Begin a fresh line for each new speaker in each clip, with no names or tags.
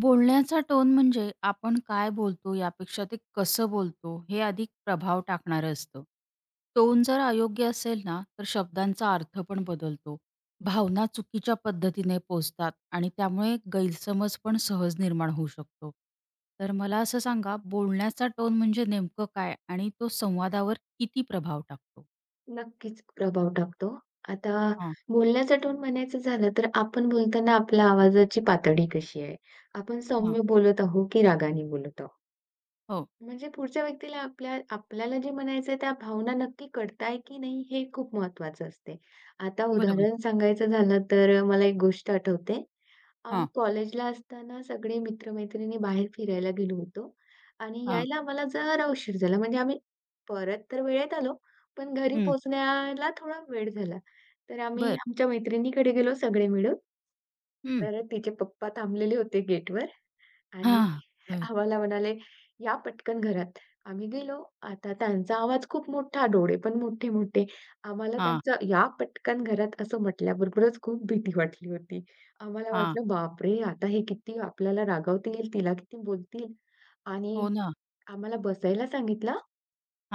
बोलण्याचा टोन म्हणजे आपण काय बोलतो यापेक्षा ते कसं बोलतो हे अधिक प्रभाव टाकणारं असतं. टोन जर अयोग्य असेल ना, तर शब्दांचा अर्थ पण बदलतो. भावना चुकीच्या पद्धतीने पोचतात आणि त्यामुळे गैरसमज पण सहज निर्माण होऊ शकतो. तर मला असं सांगा, बोलण्याचा टोन म्हणजे नेमकं काय आणि तो संवादावर किती प्रभाव टाकतो?
नक्कीच प्रभाव टाकतो. आता
हां,
बोलण्याचा टोन म्हणायचं झालं तर आपण बोलताना आपल्या आवाजाची पातळी कशी आहे? आपण
हां.
सौम्य बोलत आहोत की रागाने बोलत आहोत?
हो,
म्हणजे पुढच्या व्यक्तीला आपल्याला जे म्हणायचं आहे त्या भावना नक्की कळताय की नाही हे खूप महत्त्वाचं असते. आता
बरोबर.
उदाहरण सांगायचं झालं तर मला एक गोष्ट आठवते. आम्ही
हां,
कॉलेजला असताना सगळे मित्र-मैत्रिणी बाहेर फिरायला गेलो होतो आणि
हां.
यायला आम्हाला जरा उशीर झाला. म्हणजे आम्ही परत तर वेळेत आलो, पण घरी
हं.
पोहोचण्याला थोडा वेळ झाला. तर आम्ही
बरं.
आमच्या मैत्रिणीकडे गेलो सगळे मिळून.
हं.
तर तिचे पप्पा थांबलेले होते गेटवर आणि
हां. बरं.
आम्हाला म्हणाले, "या पटकन घरात." आम्ही गेलो. आता त्यांचा आवाज खूप मोठा, डोळे पण मोठे-मोठे. आम्हाला
हां,
त्यांचं "या पटकन घरात" असं म्हटल्याबरोबरच खूप भीती वाटली होती. आम्हाला
हां.
वाटलं, "बापरे! आता हे किती आपल्याला रागावतील, तिला किती बोलतील."
हो
आणि
ना.
आम्हाला बसायला सांगितलं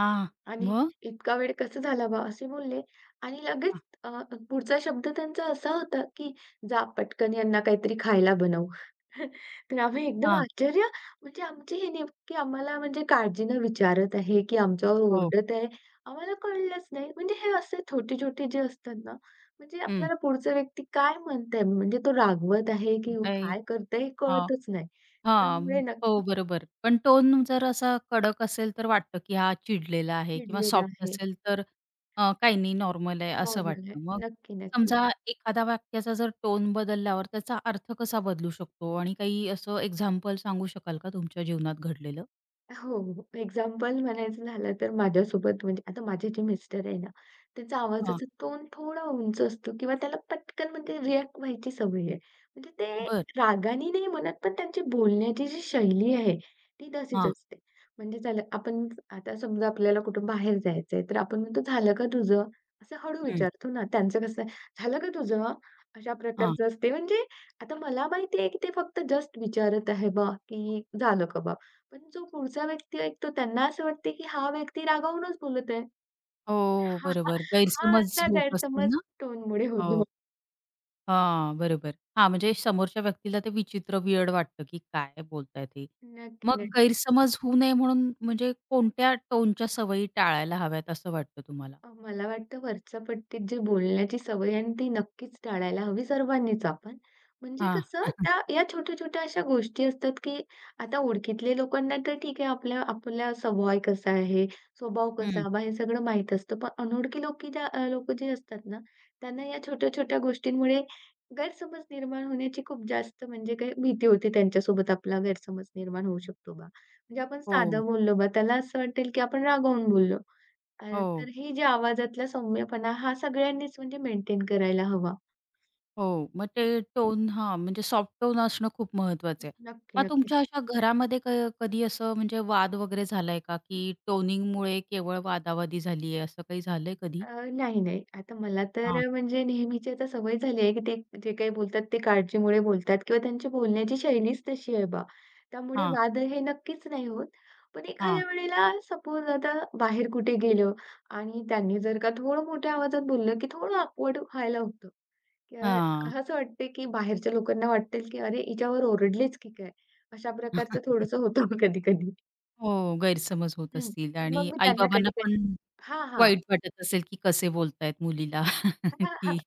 हां.
आणि
मग?
"इतका वेळ कसं झाला बा?" असे बोलले आणि लगेच
हां,
पुढचा शब्द त्यांचा असा होता, की "जा पटकन यांना काहीतरी खायला बनव." तर आम्ही एकदम
हां.
आश्चर्य, म्हणजे आमची ही नेमकी आम्हाला म्हणजे काळजीनं विचारत आहे, की आमच्यावर
हो.
ओरडत आहे, आम्हाला कळलंच नाही. म्हणजे हे असे छोटे-छोटे जे असतात ना, म्हणजे
हं.
आपल्याला पुढचा व्यक्ती काय म्हणतंय, म्हणजे तो रागवत आहे, की
नाही.
काय करतंय हे
हां.
कळतच नाही.
हां.
त्यामुळे
हो,
नक्कीच
बरोबर. पण टोन जर असा कडक असेल, तर वाटतं की हा चिडलेला आहे किंवा
चिडलेलं
सॉफ्ट
आहे.
असेल, तर काही नाही नॉर्मल आहे असं
नॉर्मल आहे.
वाटतं. मग
नक्की, नक्की.
समजा एखादा वाक्याचा जर टोन बदलल्यावर त्याचा अर्थ कसा बदलू शकतो आणि काही असं एक्झाम्पल सांगू शकाल का तुमच्या जीवनात घडलेलं?
हो, हो. एक्झाम्पल म्हणायचं झालं तर माझ्यासोबत म्हणजे आता माझे जे मिस्टर आहे ना, त्यांचा
हां.
आवाजाचा टोन थोडा उंच असतो किंवा त्याला पटकन म्हणजे रिएक्ट व्हायची सवय आहे. म्हणजे ते
बरं.
रागाने नाही म्हणत, पण त्यांची बोलण्याची जी शैली आहे, ती तशीच
हां.
असते. म्हणजे चला आपण आता समजा आपल्याला कुठं बाहेर जायचंय, तर आपण म्हणतो, "झालं का तुझं?" असं हळू
हं.
विचारतो ना. त्यांचं कसं आहे, "झालं का तुझं?" अशा
हां.
प्रकारचं असते. म्हणजे आता मला माहिती आहे की ते फक्त जस्ट विचारत आहे बा, की "झालं का बा?" पण जो पुढचा व्यक्ती ऐकतो त्यांना असं वाटते, की हा व्यक्ती रागावूनच बोलत आहे.
हो,
हां,
बरोबर.
हां,
गैरसमज
असा
होत असतील ना?
गैरसमज टोनमुळे
हो.
होतो.
हां, बरोबर. हां, म्हणजे समोरच्या व्यक्तीला ते विचित्र, वियर्ड वाटतं, की काय बोलतायत हे.
नक्की,
मग
नक्की.
गैरसमज होऊ नये म्हणून म्हणजे कोणत्या टोनच्या सवयी टाळायला हव्यात असं वाटतं तुम्हाला?
मला वाटतं वरच्या पट्टीत जे बोलण्याची सवय आणि ती नक्कीच टाळायला हवी सर्वांनीच आपण. म्हणजे
हां.
कसं
हं.
त्या या छोट्या-छोट्या अशा गोष्टी असतात, की आता ओळखीतले लोकांना तर ठीक आहे आपल्या आपला स्वभाव कसा आहे, स्वभाव कसा बा हे सगळं माहित असतं. पण अनोळखी लोकी जे असतात ना, त्यांना या छोट्या-छोट्या गोष्टींमुळे गैरसमज निर्माण होण्याची खूप जास्त म्हणजे काही भीती होते त्यांच्यासोबत आपला गैरसमज निर्माण होऊ शकतो बा. म्हणजे आपण
हो,
साधं बोललो बा त्याला असं वाटेल, की आपण रागावून बोललो. अ,
हो,
तर हे जे आवाजातला सौम्यपणा हा सगळ्यांनीच म्हणजे मेंटेन करायला हवा.
हो. मग ते टोन हां, म्हणजे सॉफ्ट टोन असणं खूप महत्वाचं आहे.
नक्की,
मग
नक्कीच.
तुमच्या अशा घरामध्ये कधी असं म्हणजे वाद वगैरे झालाय का, की टोनिंगमुळे केवळ वादावादी झाली असं काही झालंय कधी?
अ, नाही, नाही. आता मला तर
हां,
म्हणजे नेहमीची आता सवय झाली आहे, की ते जे काही बोलतात ते काळजीमुळे बोलतात किंवा त्यांची बोलण्याची शैलीच तशी आहे बा. त्यामुळे
हां,
वाद हे नक्कीच नाही होत. पण
हां,
एखाद्या वेळेला सपोज आता बाहेर कुठे गेलं आणि त्यांनी जर का थोडं मोठ्या आवाजात बोललं, की थोडं ऑकवर्ड व्हायला होतं. तर
हां.
असं वाटतंय की बाहेरच्या लोकांना वाटेल की "अरे, हिच्यावर ओरडलेच की काय?" अशा प्रकारचं थोडंसं होतं कधी-कधी.
हो, गैरसमज होत
हं.
असतील हो.
मग
आणि
मी त्यांना
आई-बाबांना पण
कधी-कधी हां, हां.
वाईट वाटत असेल, की कसे बोलतायत मुलीला, की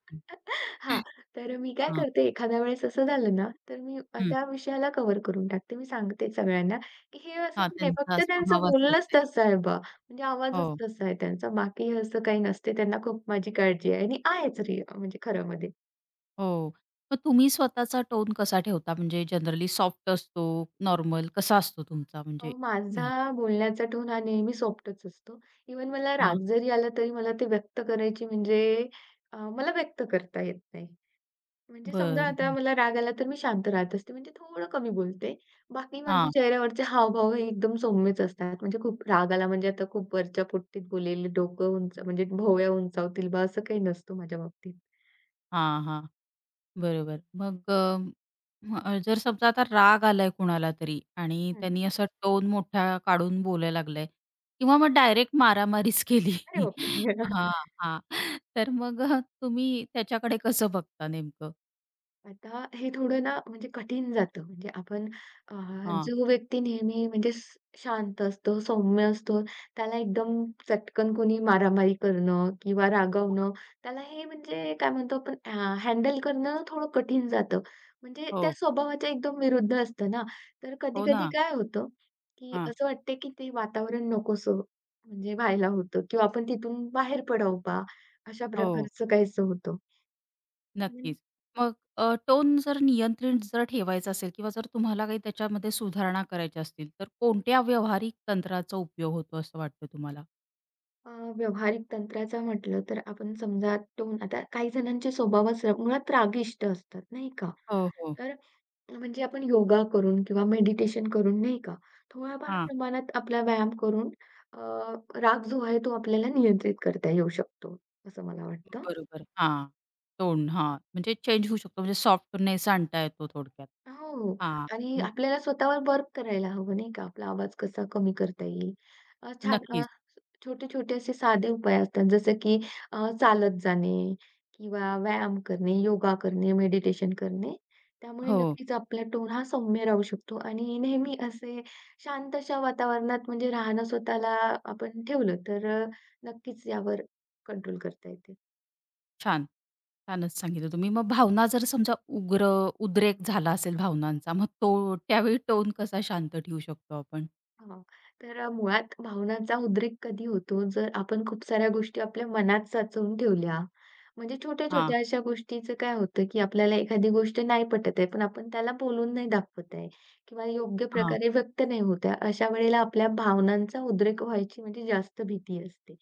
हां. तर मी काय
हां,
करते एखाद्या वेळेस असं झालं ना, तर मी
हं.
त्या विषयाला कव्हर करून टाकते. मी सांगते सगळ्यांना की "हे असं
हां,
नाही,
त्यांचा
फक्त त्यांचं
स्वभाव असाच
बोलणंच
आहे.
तसं आहे बा. म्हणजे आवाजच
हो,
तसा आहे त्यांचा. बाकी असं काही नसते. त्यांना खूप माझी काळजी आहे." आणि आहेच रि म्हणजे खरं मध्ये.
हो. मग तुम्ही स्वतःचा टोन कसा ठेवता? म्हणजे जनरली सॉफ्ट असतो, नॉर्मल कसा असतो तुमचा म्हणजे?
माझा बोलण्याचा टोन हा नेहमी सॉफ्टच असतो. इव्हन मला
हां,
राग जरी आला तरी मला ते व्यक्त करायची म्हणजे मला व्यक्त करता येत नाही. म्हणजे समजा
बरं,
आता
बरं.
मला राग आला तर मी शांत राहत असते म्हणजे थोडं कमी बोलते. बाकी माझे
हां,
चेहऱ्यावरचे हावभाव हे एकदम सौम्यच असतात. म्हणजे खूप राग आला म्हणजे आता खूप वरच्या पोट्टीत बोलेल, डोकं उंच म्हणजे भोवया उंचावतील बा असं काही नसतं माझ्या बाबतीत.
हां, हां. बरोबर. मग मग जर समजा आता राग आलाय कुणाला तरी आणि
हं.
त्यांनी असा टोन मोठा काढून बोलायला लागलाय किंवा मग डायरेक्ट मारामारीच केली.
अरे बापरे!
हां, हां. तर मग तुम्ही त्याच्याकडे कसं बघता नेमकं?
आता हे थोडं ना म्हणजे कठीण जातं. म्हणजे आपण अ,
हां.
जो व्यक्ती नेहमी म्हणजे शांत असतो, सौम्य असतो, त्याला एकदम चटकन कोणी मारामारी करणं किंवा रागवणं, त्याला हे म्हणजे काय म्हणतो आपण हँडल करणं थोडं कठीण जातं. म्हणजे त्या
हो,
स्वभावाच्या एकदम विरुद्ध असतं ना. तर
हो
कधी-कधी
ना.
काय होतं, की
हां.
असं वाटतं की ते वातावरण नकोसं म्हणजे व्हायला होतं किंवा आपण तिथून बाहेर पडावं बा, अशा
हो,
प्रकारचं काहीसं होतं.
नक्कीच. मग टोन जर नियंत्रित जर ठेवायचा असेल किंवा जर तुम्हाला काही त्याच्यामध्ये सुधारणा करायच्या असतील, तर कोणत्या व्यावहारिक तंत्राचा उपयोग होतो असं वाटतं तुम्हाला?
अ, व्यावहारिक तंत्राचा म्हटलं तर आपण समजा टोन आता काही जणांचे स्वभावच मुळात रागिष्ट असतात, नाही का?
हो, हो.
तर म्हणजे आपण योगा करून किंवा मेडिटेशन करून, नाही का, थोड्याफार प्रमाणात आपला व्यायाम करून अ, राग जो आहे तो आपल्याला नियंत्रित करता येऊ शकतो, असं मला वाटतं.
बरोबर. हां. टोन हां. म्हणजे चेंज होऊ शकतो. म्हणजे सॉफ्टनेस आणता येतो थोडक्यात.
हो.
हां.
आणि
हं.
आपल्याला स्वतःवर वर्क करायला हवं, नाही का? आपला आवाज कसा कमी करता येईल. छान
नक्कीच.
छोटे-छोटे असे साधे उपाय असतात, जसं की चालत जाणे किंवा व्यायाम करणे, योगा करणे, मेडिटेशन करणे. त्यामुळे
हो.
नक्कीच आपला टोन हा सौम्य राहू शकतो आणि नेहमी असे शांत अशा वातावरणात म्हणजे राहणं स्वतःला आपण ठेवलं, तर नक्कीच यावर कंट्रोल करता येते.
छान. छानच सांगितलं तुम्ही. मग भावना जर समजा उग्र उद्रेक झाला असेल भावनांचा, मग तो त्यावेळी टोन कसा शांत ठेवू शकतो आपण?
हां. तर मुळात भावनांचा उद्रेक कधी होतो, जर आपण खूप साऱ्या गोष्टी आपल्या मनात साचवून ठेवल्या. म्हणजे
हां.
छोट्या-छोट्या अशा गोष्टीचं काय होतं, की आपल्याला एखादी गोष्ट नाही पटत आहे, पण आपण त्याला बोलून नाही दाखवत आहे किंवा योग्य
हां.
प्रकारे व्यक्त नाही होत आहे. अशा वेळेला आपल्या भावनांचा उद्रेक व्हायची म्हणजे जास्त भीती असते.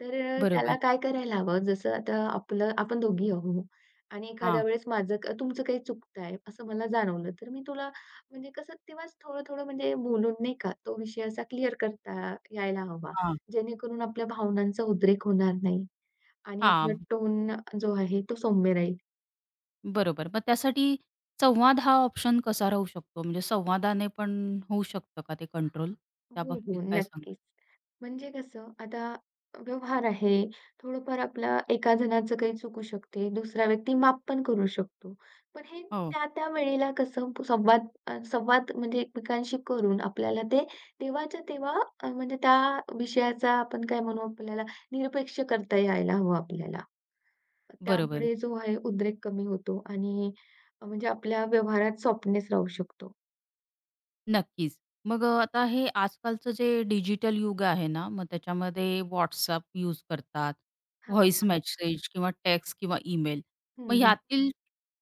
तर त्याला
बरोबर.
काय करायला हवं, जसं आता आपलं आपण दोघी आहो आणि
हां.
एखाद्या वेळेस माझं तुमचं काही चुकतं असं मला जाणवलं, तर मी तुला म्हणजे कसं तेव्हाच थोडं-थोडं म्हणजे बोलून नाही का, तो विषय असा क्लिअर करता यायला हवा.
हां.
जेणेकरून आपल्या भावनांचा उद्रेक होणार नाही आणि आपला
हां.
टोन जो आहे तो सौम्य राहील.
बरोबर. मग त्यासाठी संवाद हा ऑप्शन कसा राहू शकतो? म्हणजे संवादाने पण होऊ शकतं का ते कंट्रोल?
हो,
त्याबाबतीत
हो.
काय सांगाल?
नक्कीच. म्हणजे कसं आता व्यवहार आहे, थोडंफार आपला एका जणाचं काही चुकू शकते, दुसरा व्यक्ती माफ पण करू शकतो. पण हे
हो.
त्या-त्या वेळेला कसं संवाद म्हणजे एकमेकांशी करून आपल्याला ते तेव्हाच्या तेव्हा म्हणजे त्या विषयाचा आपण काय म्हणू आपल्याला निरपेक्ष करता यायला हवं आपल्याला.
बरोबर.
त्यामुळे जो आहे उद्रेक कमी होतो आणि म्हणजे आपल्या व्यवहारात सॉफ्टनेस राहू शकतो.
नक्कीच. मग आता हे आजकालचं जे डिजिटल युग आहे ना, मग त्याच्यामध्ये WhatsApp यूज करतात,
हां,
व्हॉईस
हां.
मेसेज किंवा टेक्स्ट किंवा ईमेल. मग
हं, हं.
यातील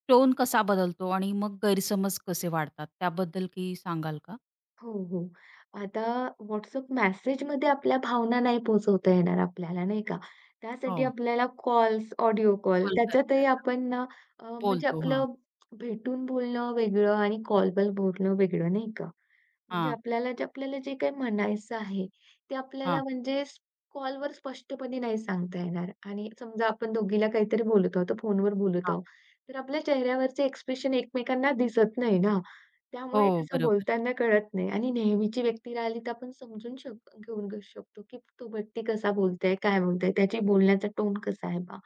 टोन कसा बदलतो आणि मग गैरसमज कसे वाढतात? त्याबद्दल काही सांगाल का?
हो, हो. आता WhatsApp मेसेजमध्ये आपल्या भावना नाही पोहोचवता येणार आपल्याला, नाही का? त्यासाठी
हो.
आपल्याला कॉल्स, ऑडिओ कॉल
कॉल करता
त्याच्यातही आपण ना म्हणजे
बोलतो. हां,
आपलं भेटून बोलणं वेगळं आणि कॉलवर बोलणं वेगळं, नाही का? म्हणजे
हां,
आपल्याला जे काही म्हणायचं आहे, ते
हां,
आपल्याला म्हणजे कॉलवर स्पष्टपणे नाही सांगता येणार आणि समजा आपण दोघीला काहीतरी बोलत आहोत, फोनवर बोलत
हां.
आहोत, तर आपल्या चेहऱ्यावरचे एक्सप्रेशन एकमेकांना दिसत नाही ना, त्यामुळे
हो,
कसं
बरोबर.
बोलताना कळत नाही आणि नेहमीची व्यक्ती राहिली तर आपण समजून घेऊन शकतो, की तो व्यक्ती कसा बोलतोय, काय बोलतोय, त्याची बोलण्याचा टोन कसा आहे बा.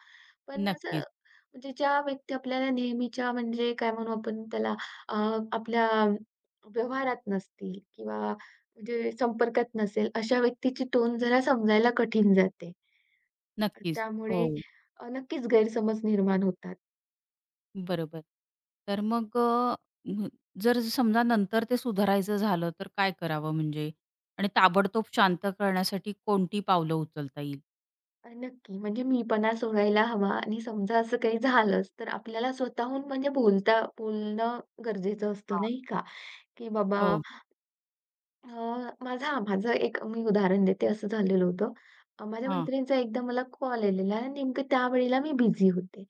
पण असं
नक्कीच,
म्हणजे ज्या व्यक्ती आपल्याला नेहमीच्या म्हणजे काय म्हणू आपण त्याला अ, आपल्या व्यवहारात नसतील किंवा म्हणजे संपर्कात नसेल, अशा व्यक्तीची टोन जरा समजायला कठीण जाते.
नक्कीच. हो.
त्यामुळे नक्कीच गैरसमज निर्माण होतात.
बरोबर. तर मग म्ह जर समजा नंतर ते सुधारायचं झालं, तर काय करावं म्हणजे? आणि ताबडतोब शांत करण्यासाठी कोणती पावलं उचलता येईल?
नक्की म्हणजे मीपणा सोडायला हवा आणि समजा असं काही झालंच, तर आपल्याला स्वतःहून म्हणजे बोलणं गरजेचं असतं,
हां.
नाही का? की बाबा
हो.
अ, माझं एक मी उदाहरण देते. असं झालेलं होतं. माझ्या
हां.
मैत्रिणीचा एकदा मला कॉल आलेला आणि नेमकं त्यावेळेला मी बिझी होते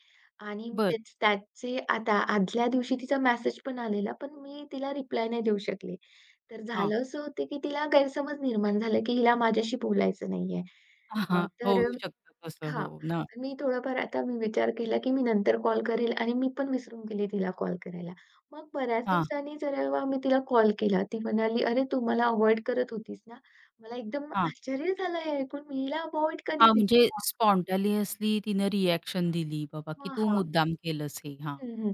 आणि
बरं.
त्याचे आता आदल्या दिवशी तिचा मेसेज पण आलेला, पण मी तिला रिप्लाय नाही देऊ शकले. तर
हां.
झालं असं होतं, की तिला गैरसमज निर्माण झाला, की हिला माझ्याशी बोलायचं नाहीये.
हां.
तर
होऊ शकतं तसं.
हां.
हो ना.
मी थोडाफार आता मी विचार केला, की मी नंतर कॉल करेल आणि मी पण विसरून गेले तिला कॉल करायला. मग बऱ्याच
हा,
दिवसांनी जेव्हा मी तिला कॉल केला, ती म्हणाली, "अरे, तू मला अव्हॉइड करत होतीस ना?" मला एकदम
हां.
आश्चर्य झालं हे ऐकून, "मी हिला अव्हॉइड
हां,
कधी केलं?"
म्हणजे स्पॉन्टेनियसली तिनं रिएक्शन दिली बाबा, की
हा
तू
हां.
मुद्दाम केलंस हे. हां,
हं, हं.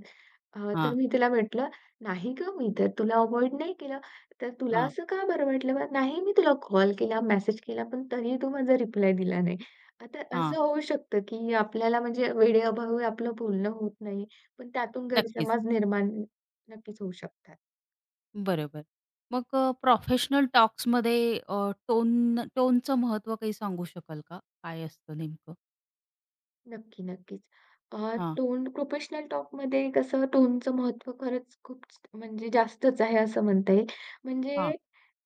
हां,
तर मी तिला म्हटलं, "नाही गं, मी तर तुला अव्हॉइड नाही केलं, तर तुला
हां,
असं का बरं वाटलं बरं? नाही मी तुला कॉल केला, मेसेज केला, पण तरीही तू माझा रिप्लाय दिला नाही." आता असं
हां.
होऊ शकतं, की आपल्याला म्हणजे वेळेअभावी आपलं बोलणं होत नाही, पण त्यातून
नक्कीच.
गैरसमज निर्माण नक्कीच होऊ शकतात.
बरोबर. मग प्रोफेशनल टॉक्समध्ये टोनचं महत्त्व काही सांगू शकाल का? काय असतं नेमकं?
नक्की, नक्कीच. अ,
हां,
टोन प्रोफेशनल टॉकमध्ये कसं टोनचं महत्त्व खरंच खूप म्हणजे जास्तच आहे असं म्हणता येईल. म्हणजे
हां.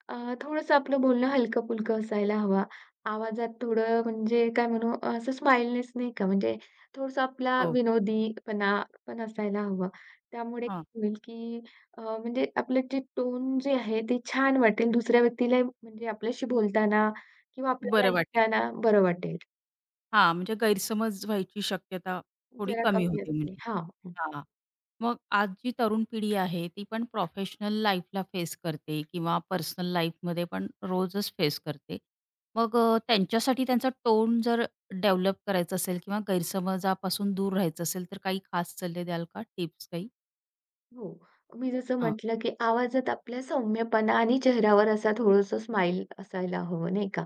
अ, थोडंसं आपलं बोलणं हलकं-फुलकं असायला हवा. आवाजात थोडं म्हणजे काय म्हणू असं स्माइलनेस नाही का म्हणजे थोडंसं आपला
हो,
विनोदीपणा पण असायला हवा. त्यामुळे
हां.
काय होईल की म्हणजे आपलं जे टोन जे आहे ते छान वाटेल दुसऱ्या व्यक्तीला म्हणजे आपल्याशी बोलताना किंवा आपल्याला
बरं वाटेल.
ऐकताना बरं वाटेल.
हां, म्हणजे गैरसमज व्हायची शक्यता थोडी
जरा
कमी
कमी
होते
असते.
म्हणजे.
हां.
हां. मग आज जी तरुण पिढी आहे, ती पण प्रोफेशनल लाईफला फेस करते किंवा पर्सनल लाईफमध्ये पण रोजच फेस करते. मग त्यांच्यासाठी त्यांचा टोन जर डेव्हलप करायचा असेल किंवा गैरसमजापासून दूर राहायचं असेल, तर काही खास सल्ले द्याल का? टिप्स काही?
हो. मी जसं
हां,
म्हटलं, की आवाजात आपल्या सौम्यपणा आणि चेहऱ्यावर असा थोडंसं स्माईल असायला हवं, नाही का?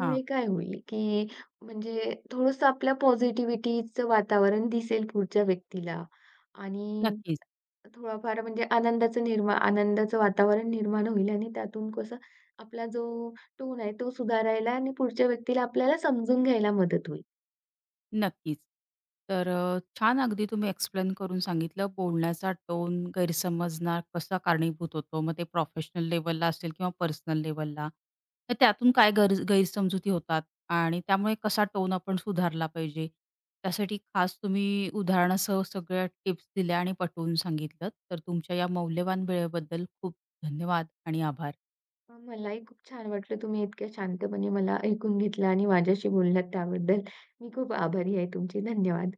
हां.
काय होईल, की म्हणजे थोडंसं आपल्या पॉझिटिव्हिटीचं वातावरण दिसेल पुढच्या व्यक्तीला आणि
नक्कीच,
थोडाफार म्हणजे आनंदाचं वातावरण निर्माण होईल आणि त्यातून कसं आपला जो टोन आहे तो सुधारायला आणि पुढच्या व्यक्तीला आपल्याला समजून घ्यायला मदत होईल.
नक्कीच. तर छान अगदी तुम्ही एक्सप्लेन करून सांगितलं. बोलण्याचा टोन गैरसमजना कसा कारणीभूत होतो. मग ते प्रोफेशनल लेव्हलला असेल किंवा पर्सनल लेव्हलला. तर त्यातून काय गैरसमजुती होतात आणि त्यामुळे कसा टोन आपण सुधारला पाहिजे. त्यासाठी खास तुम्ही उदाहरणासह सगळ्या टिप्स दिल्या आणि पटवून सांगितलं. तर तुमच्या या मौल्यवान वेळेबद्दल खूप धन्यवाद आणि आभार.
मलाही खूप छान वाटलं. तुम्ही इतक्या शांतपणे मला ऐकून घेतलं आणि माझ्याशी बोललात त्याबद्दल मी खूप आभारी आहे तुमची. धन्यवाद.